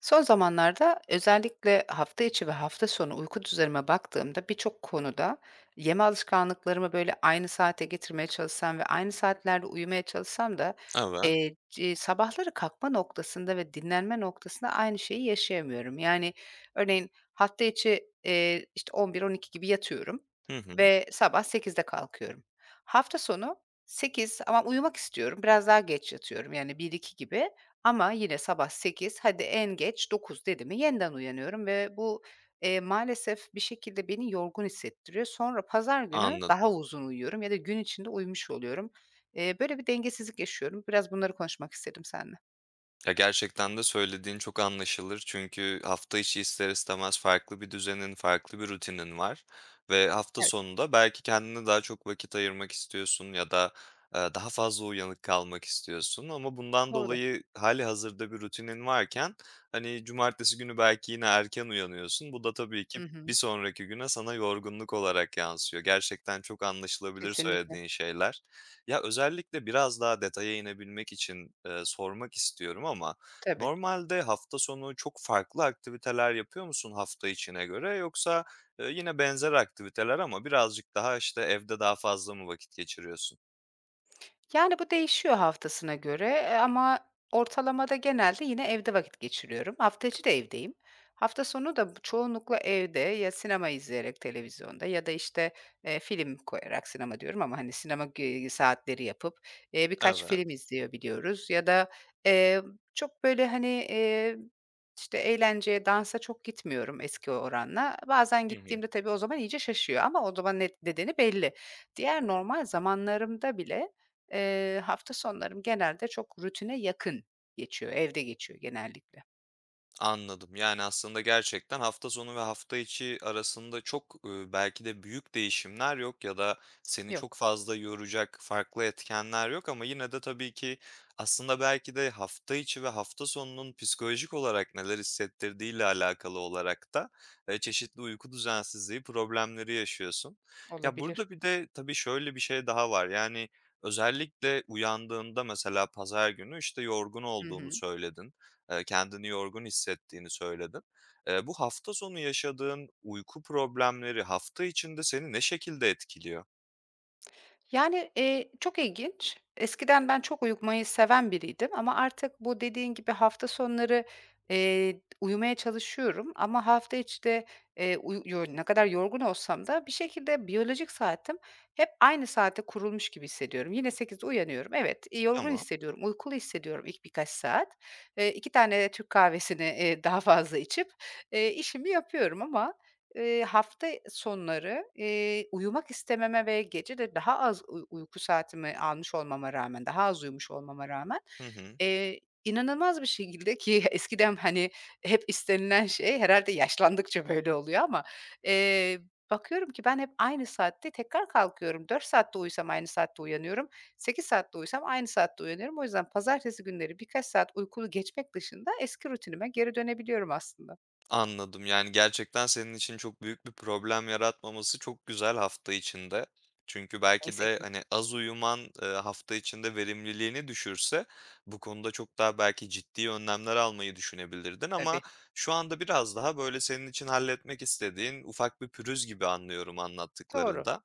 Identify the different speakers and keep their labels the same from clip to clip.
Speaker 1: Son zamanlarda özellikle hafta içi ve hafta sonu uyku düzenime baktığımda birçok konuda yeme alışkanlıklarımı böyle aynı saate getirmeye çalışsam ve aynı saatlerde uyumaya çalışsam da,
Speaker 2: Evet.
Speaker 1: ci sabahları kalkma noktasında ve dinlenme noktasında aynı şeyi yaşayamıyorum. Yani, örneğin hafta içi, işte 11-12 gibi yatıyorum
Speaker 2: Hı hı.
Speaker 1: ve sabah 8'de kalkıyorum. Hafta sonu 8 ama uyumak istiyorum, biraz daha geç yatıyorum yani 1-2 gibi. Ama yine sabah 8, hadi en geç 9 dedi mi yeniden uyanıyorum ve bu, maalesef bir şekilde beni yorgun hissettiriyor. Sonra pazar günü
Speaker 2: Anladım.
Speaker 1: daha uzun uyuyorum ya da gün içinde uyumuş oluyorum. Böyle bir dengesizlik yaşıyorum. Biraz bunları konuşmak istedim seninle.
Speaker 2: Ya, gerçekten de söylediğin çok anlaşılır. Çünkü hafta içi ister istemez farklı bir düzenin, farklı bir rutinin var ve hafta
Speaker 1: Evet,
Speaker 2: sonunda belki kendine daha çok vakit ayırmak istiyorsun ya da, daha fazla uyanık kalmak istiyorsun ama bundan
Speaker 1: doğru.
Speaker 2: dolayı hali hazırda bir rutinin varken, hani, cumartesi günü belki yine erken uyanıyorsun. Bu da tabii
Speaker 1: Hı
Speaker 2: ki bir
Speaker 1: hı.
Speaker 2: sonraki güne sana yorgunluk olarak yansıyor. Gerçekten çok anlaşılabilir
Speaker 1: Kesinlikle.
Speaker 2: söylediğin şeyler. Ya, özellikle biraz daha detaya inebilmek için, sormak istiyorum ama
Speaker 1: Tabii.
Speaker 2: normalde hafta sonu çok farklı aktiviteler yapıyor musun hafta içine göre yoksa, yine benzer aktiviteler ama birazcık daha, işte, evde daha fazla mı vakit geçiriyorsun?
Speaker 1: Yani, bu değişiyor haftasına göre, ama ortalamada genelde yine evde vakit geçiriyorum. Hafta içi de evdeyim. Hafta sonu da çoğunlukla evde ya sinema izleyerek televizyonda ya da, işte, film koyarak sinema diyorum ama, hani, sinema g saatleri yapıp, birkaç
Speaker 2: Evet.
Speaker 1: film izliyor biliyoruz ya da, eee, çok böyle, hani, işte, eğlenceye, dansa çok gitmiyorum eski oranla. Bazen gittiğimde tabii o zaman iyice şaşıyor ama o zaman net nedeni belli. Diğer normal zamanlarımda bile, hafta sonlarım genelde çok rutine yakın geçiyor, evde geçiyor genellikle.
Speaker 2: Anladım. Yani, aslında gerçekten hafta sonu ve hafta içi arasında çok, belki de büyük değişimler yok ya da seni çok
Speaker 1: Yok,
Speaker 2: fazla yoracak farklı etkenler yok ama yine de tabii ki aslında belki de hafta içi ve hafta sonunun psikolojik olarak neler hissettirdiğiyle alakalı olarak da, çeşitli uyku düzensizliği problemleri yaşıyorsun. Ya,
Speaker 1: olabilir.
Speaker 2: burada bir de tabii şöyle bir şey daha var, yani, özellikle uyandığında mesela pazar günü, işte, yorgun
Speaker 1: Hı
Speaker 2: olduğunu
Speaker 1: hı.
Speaker 2: söyledin. Kendini yorgun hissettiğini söyledin. Bu hafta sonu yaşadığın uyku problemleri hafta içinde seni ne şekilde etkiliyor?
Speaker 1: Yani, çok ilginç. Eskiden ben çok uyumayı seven biriydim ama artık bu dediğin gibi hafta sonları, uyumaya çalışıyorum ama hafta içi de, uyu yo ne kadar yorgun olsam da bir şekilde biyolojik saatim hep aynı saate kurulmuş gibi hissediyorum. Yine 8'de uyanıyorum. Evet, yorgun
Speaker 2: Tamam.
Speaker 1: hissediyorum, uykulu hissediyorum ilk birkaç saat. 2 tane Türk kahvesini, daha fazla içip, işimi yapıyorum ama, hafta sonları, uyumak istememe ve gece de daha az uyku saatimi almış olmama rağmen, daha az uyumuş olmama rağmen,
Speaker 2: Hı hı.
Speaker 1: eee, inanılmaz bir şekilde ki eskiden, hani, hep istenilen şey herhalde yaşlandıkça böyle oluyor ama, eee, bakıyorum ki ben hep aynı saatte tekrar kalkıyorum. Dört saatte uyusam aynı saatte uyanıyorum. Sekiz saatte uyusam aynı saatte uyanıyorum. O yüzden pazartesi günleri birkaç saat uykulu geçmek dışında eski rutinime geri dönebiliyorum aslında.
Speaker 2: Anladım. Yani, gerçekten senin için çok büyük bir problem yaratmaması çok güzel hafta içinde. Çünkü belki
Speaker 1: Neyse
Speaker 2: de,
Speaker 1: ki.
Speaker 2: hani, az uyuman, hafta içinde verimliliğini düşürse bu konuda çok daha belki ciddi önlemler almayı düşünebilirdin ama
Speaker 1: Tabii.
Speaker 2: şu anda biraz daha, böyle, senin için halletmek istediğin ufak bir pürüz gibi anlıyorum
Speaker 1: Doğru.
Speaker 2: anlattıklarında.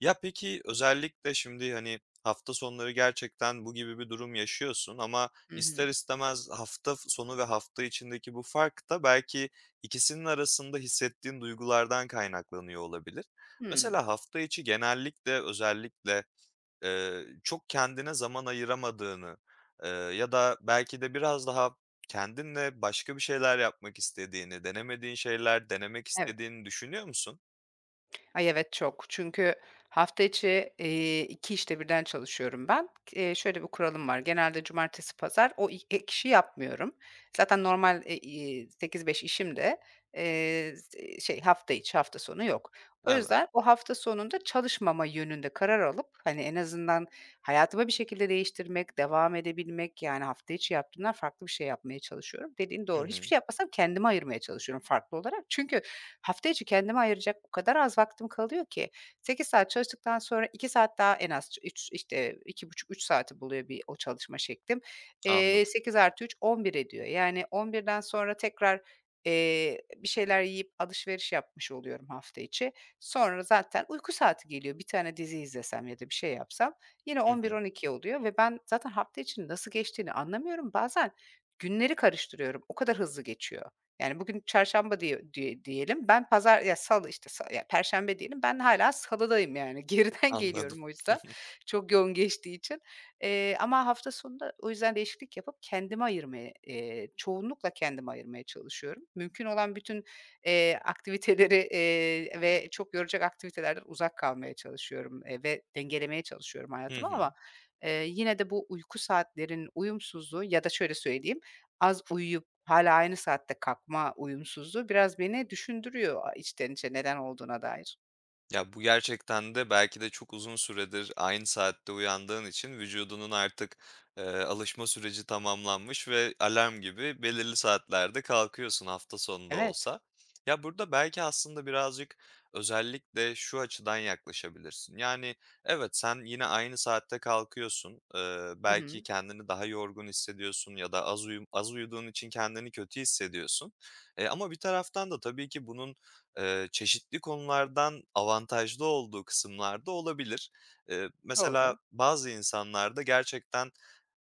Speaker 2: Ya, peki, özellikle şimdi, hani, hafta sonları gerçekten bu gibi bir durum yaşıyorsun ama
Speaker 1: Hı hı.
Speaker 2: ister istemez hafta sonu ve hafta içindeki bu fark da belki İkisinin arasında hissettiğin duygulardan kaynaklanıyor olabilir.
Speaker 1: Hımm.
Speaker 2: Mesela hafta içi genellikle özellikle, çok kendine zaman ayıramadığını, ya da belki de biraz daha kendinle başka bir şeyler yapmak istediğini, denemediğin şeyler denemek
Speaker 1: Evet.
Speaker 2: istediğini düşünüyor musun?
Speaker 1: Ay, evet, çok. Çünkü hafta içi, 2 işte birden çalışıyorum ben. Şöyle bir kuralım var. Genelde cumartesi, pazar o i ek işi yapmıyorum. Zaten normal, e iii, 8-5 işim de, z şey, hafta içi, hafta sonu yok. O
Speaker 2: Evet.
Speaker 1: yüzden o hafta sonunda çalışmama yönünde karar alıp, hani, en azından hayatımı bir şekilde değiştirmek, devam edebilmek, yani hafta içi yaptığımdan farklı bir şey yapmaya çalışıyorum. Dediğin
Speaker 2: Hı
Speaker 1: doğru. Hiçbir
Speaker 2: hı.
Speaker 1: şey yapmasam kendime ayırmaya çalışıyorum farklı olarak. Çünkü hafta içi kendime ayıracak o kadar az vaktim kalıyor ki 8 saat çalıştıktan sonra 2 saat daha en az, işte iki buçuk 3 saati buluyor bir o çalışma şeklim.
Speaker 2: Anladım.
Speaker 1: 8 artı üç on bir ediyor. Yani on birden sonra tekrar bir şeyler yiyip alışveriş yapmış oluyorum hafta içi. Sonra zaten uyku saati geliyor. Bir tane dizi izlesem ya da bir şey yapsam. Yine
Speaker 2: Hı hı.
Speaker 1: 11-12 oluyor ve ben zaten hafta içinin nasıl geçtiğini anlamıyorum. Bazen günleri karıştırıyorum. O kadar hızlı geçiyor. Yani bugün çarşamba diyelim. Ben pazar ya salı işte ya perşembe diyelim. Ben hala salıdayım yani. Geriden
Speaker 2: Anladım.
Speaker 1: geliyorum o yüzden.
Speaker 2: Hı hı.
Speaker 1: Çok yoğun geçtiği için. Ama hafta sonunda o yüzden değişiklik yapıp kendime ayırmaya, çoğunlukla kendime ayırmaya çalışıyorum. Mümkün olan bütün aktiviteleri, ve çok yoracak aktivitelerden uzak kalmaya çalışıyorum, ve dengelemeye çalışıyorum hayatımı ama, yine de bu uyku saatlerin uyumsuzluğu ya da şöyle söyleyeyim, az uyuyup hala aynı saatte kalkma uyumsuzluğu biraz beni düşündürüyor a içten içe neden olduğuna dair.
Speaker 2: Ya, bu gerçekten de belki de çok uzun süredir aynı saatte uyandığın için vücudunun artık, alışma süreci tamamlanmış ve alarm gibi belirli saatlerde kalkıyorsun hafta sonu da
Speaker 1: Evet.
Speaker 2: olsa. Ya, burada belki aslında birazcık özellikle şu açıdan yaklaşabilirsin. Yani, evet, sen yine aynı saatte kalkıyorsun.
Speaker 1: Hı
Speaker 2: Belki
Speaker 1: hı.
Speaker 2: kendini daha yorgun hissediyorsun ya da az uyuduğun için kendini kötü hissediyorsun. Ama bir taraftan da tabii ki bunun çeşitli konulardan avantajlı olduğu kısımlarda olabilir. Mesela
Speaker 1: Doğru.
Speaker 2: bazı insanlarda gerçekten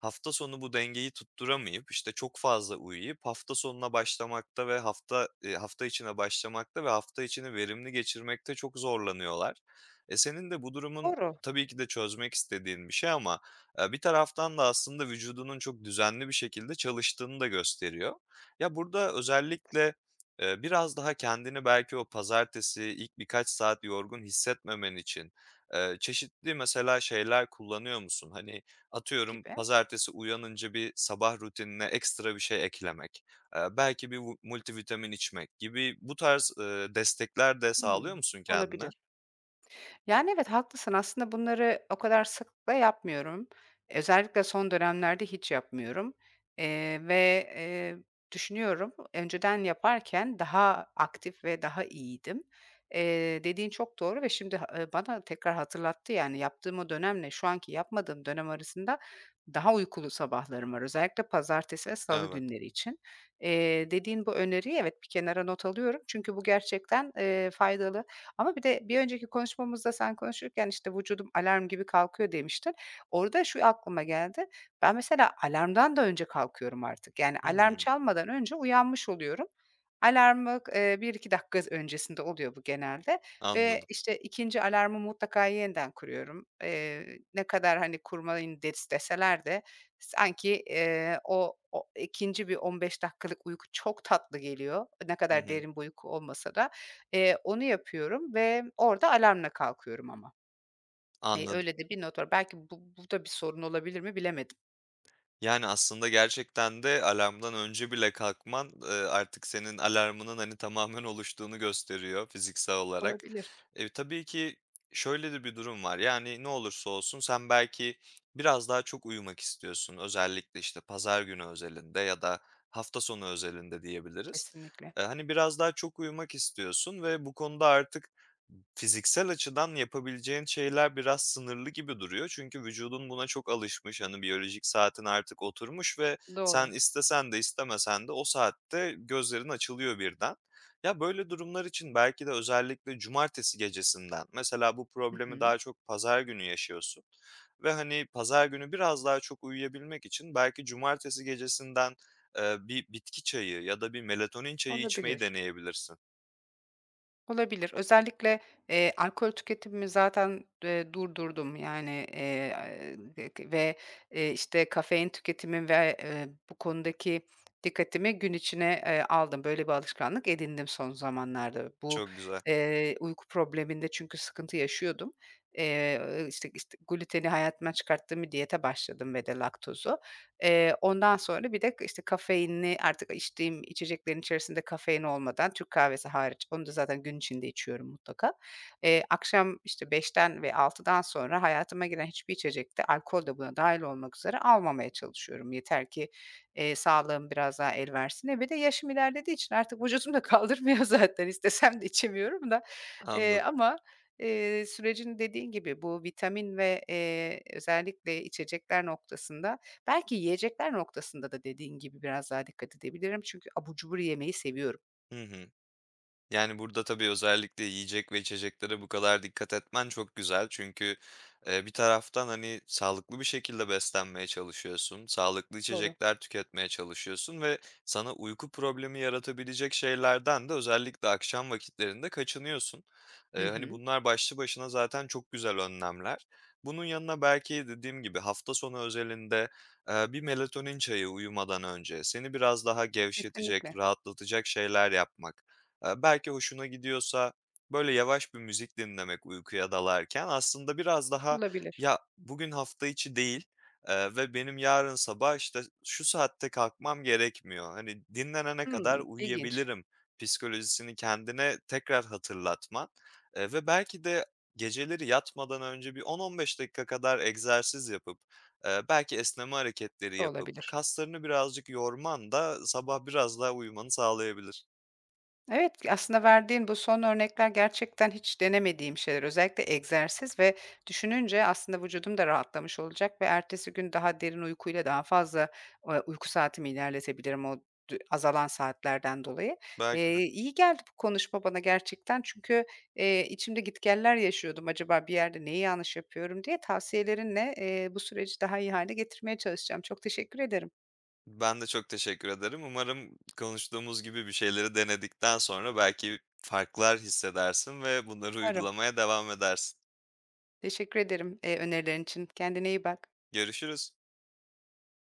Speaker 2: hafta sonu bu dengeyi tutturamayıp, işte, çok fazla uyuyup hafta sonuna başlamakta ve hafta, hafta içine başlamakta ve hafta içini verimli geçirmekte çok zorlanıyorlar. E, senin de bu durumun
Speaker 1: Doğru.
Speaker 2: tabii ki de çözmek istediğin bir şey ama, bir taraftan da aslında vücudunun çok düzenli bir şekilde çalıştığını da gösteriyor. Ya, burada özellikle, biraz daha kendini belki o pazartesi ilk birkaç saat yorgun hissetmemen için, çeşitli mesela şeyler kullanıyor musun? Hani, atıyorum,
Speaker 1: Gibi.
Speaker 2: pazartesi uyanınca bir sabah rutinine ekstra bir şey eklemek, belki bir multivitamin içmek gibi bu tarz, destekler de sağlıyor
Speaker 1: Hımm.
Speaker 2: musun kendine?
Speaker 1: Olabilir. Yani, evet, haklısın. Aslında bunları o kadar sıklıkla yapmıyorum. Özellikle son dönemlerde hiç yapmıyorum, eee, ve, eee, düşünüyorum, önceden yaparken daha aktif ve daha iyiydim. Dediğin çok doğru ve şimdi bana tekrar hatırlattı, yani, yaptığım o dönemle şu anki yapmadığım dönem arasında daha uykulu sabahlarım var. Özellikle pazartesi ve salı
Speaker 2: Evet.
Speaker 1: günleri için. Dediğin bu öneriyi evet, bir kenara not alıyorum çünkü bu gerçekten, faydalı. Ama bir de bir önceki konuşmamızda sen konuşurken, işte, "Vücudum alarm gibi kalkıyor." demiştin. Orada şu aklıma geldi. Ben mesela alarmdan da önce kalkıyorum artık. Yani alarm
Speaker 2: Hımm,
Speaker 1: çalmadan önce uyanmış oluyorum. Alarmı, 1-2 dakika öncesinde oluyor bu genelde ve,
Speaker 2: anladım.
Speaker 1: işte, ikinci alarmı mutlaka yeniden kuruyorum. Ne kadar, hani, kurmayın des deseler de sanki, o 2. bir 15 dakikalık uyku çok tatlı geliyor. Ne
Speaker 2: Hı
Speaker 1: kadar
Speaker 2: hı,
Speaker 1: derin bir uyku olmasa da. Onu yapıyorum ve orada alarmla kalkıyorum ama.
Speaker 2: anladım.
Speaker 1: Öyle de bir not var. Belki bu da bir sorun olabilir mi bilemedim.
Speaker 2: Yani, aslında gerçekten de alarmdan önce bile kalkman, artık senin alarmının, hani, tamamen oluştuğunu gösteriyor fiziksel olarak.
Speaker 1: Olabilir.
Speaker 2: E, tabii ki şöyle de bir durum var, yani, ne olursa olsun sen belki biraz daha çok uyumak istiyorsun. Özellikle, işte, pazar günü özelinde ya da hafta sonu özelinde diyebiliriz.
Speaker 1: Kesinlikle.
Speaker 2: Hani, biraz daha çok uyumak istiyorsun ve bu konuda artık fiziksel açıdan yapabileceğin şeyler biraz sınırlı gibi duruyor. Çünkü vücudun buna çok alışmış. Hani biyolojik saatin artık oturmuş ve
Speaker 1: Doğru.
Speaker 2: sen istesen de istemesen de o saatte gözlerin açılıyor birden. Ya böyle durumlar için belki de özellikle cumartesi gecesinden, mesela bu
Speaker 1: Hı
Speaker 2: problemi
Speaker 1: hı.
Speaker 2: daha çok pazar günü yaşıyorsun ve hani pazar günü biraz daha çok uyuyabilmek için belki cumartesi gecesinden, bir bitki çayı ya da bir melatonin çayı içmeyi
Speaker 1: Olabilir.
Speaker 2: deneyebilirsin.
Speaker 1: Olabilir. Özellikle, alkol tüketimimi zaten, durdurdum. Eee, ve, işte, kafein tüketimi ve, bu konudaki dikkatimi gün içine, aldım. Böyle bir alışkanlık edindim son zamanlarda.
Speaker 2: Çok güzel.
Speaker 1: Uyku probleminde çünkü sıkıntı yaşıyordum. İşte gluteni hayatımdan çıkarttığım bir diyete başladım ve de laktozu. Ondan sonra bir de işte kafeinli artık içtiğim içeceklerin içerisinde kafein olmadan Türk kahvesi hariç, onu da zaten gün içinde içiyorum mutlaka. Akşam işte beşten ve altıdan sonra hayatıma giren hiçbir içecekte, alkol de buna dahil olmak üzere almamaya çalışıyorum. Yeter ki, sağlığım biraz daha el versin diye. Bir de yaşım ilerlediği için artık vücudum da kaldırmıyor zaten. İstesem de içemiyorum da. Eee,
Speaker 2: Anladım.
Speaker 1: ama, sürecin dediğin gibi bu vitamin ve, özellikle içecekler noktasında belki yiyecekler noktasında da dediğin gibi biraz daha dikkat edebilirim çünkü abur cubur yemeyi seviyorum.
Speaker 2: Hı hı. Yani, burada tabii özellikle yiyecek ve içeceklere bu kadar dikkat etmen çok güzel. Çünkü, bir taraftan, hani, sağlıklı bir şekilde beslenmeye çalışıyorsun, sağlıklı
Speaker 1: Doğru.
Speaker 2: içecekler tüketmeye çalışıyorsun ve sana uyku problemi yaratabilecek şeylerden de özellikle akşam vakitlerinde kaçınıyorsun.
Speaker 1: Hı
Speaker 2: Hani,
Speaker 1: hı.
Speaker 2: bunlar başlı başına zaten çok güzel önlemler. Bunun yanına belki dediğim gibi hafta sonu özelinde, bir melatonin çayı uyumadan önce seni biraz daha gevşetecek,
Speaker 1: Kesinlikle.
Speaker 2: rahatlatacak şeyler yapmak. Belki hoşuna gidiyorsa, böyle, yavaş bir müzik dinlemek uykuya dalarken aslında biraz daha,
Speaker 1: Olabilir.
Speaker 2: "Ya, bugün hafta içi değil, ve benim yarın sabah, işte, şu saatte kalkmam gerekmiyor. Hani, dinlenene kadar
Speaker 1: Hımm, ilginç.
Speaker 2: uyuyabilirim." psikolojisini kendine tekrar hatırlatman, ve belki de geceleri yatmadan önce bir 10-15 dakika kadar egzersiz yapıp, belki esneme hareketleri yapıp
Speaker 1: Olabilir.
Speaker 2: kaslarını birazcık yorman da sabah biraz daha uyumanı sağlayabilir.
Speaker 1: Evet, aslında verdiğin bu son örnekler gerçekten hiç denemediğim şeyler. Özellikle egzersiz ve düşününce aslında vücudum da rahatlamış olacak ve ertesi gün daha derin uykuyla daha fazla, uyku saatimi ilerletebilirim o dü azalan saatlerden dolayı.
Speaker 2: Belki
Speaker 1: İyi geldi bu konuşma bana gerçekten çünkü, içimde gitgeller yaşıyordum. Acaba bir yerde neyi yanlış yapıyorum diye tavsiyelerinle, bu süreci daha iyi hale getirmeye çalışacağım. Çok teşekkür ederim.
Speaker 2: ben de çok teşekkür ederim. Umarım konuştuğumuz gibi bir şeyleri denedikten sonra belki farklar hissedersin ve bunları
Speaker 1: Umarım.
Speaker 2: uygulamaya devam edersin.
Speaker 1: Teşekkür ederim, önerilerin için. Kendine iyi bak.
Speaker 2: Görüşürüz.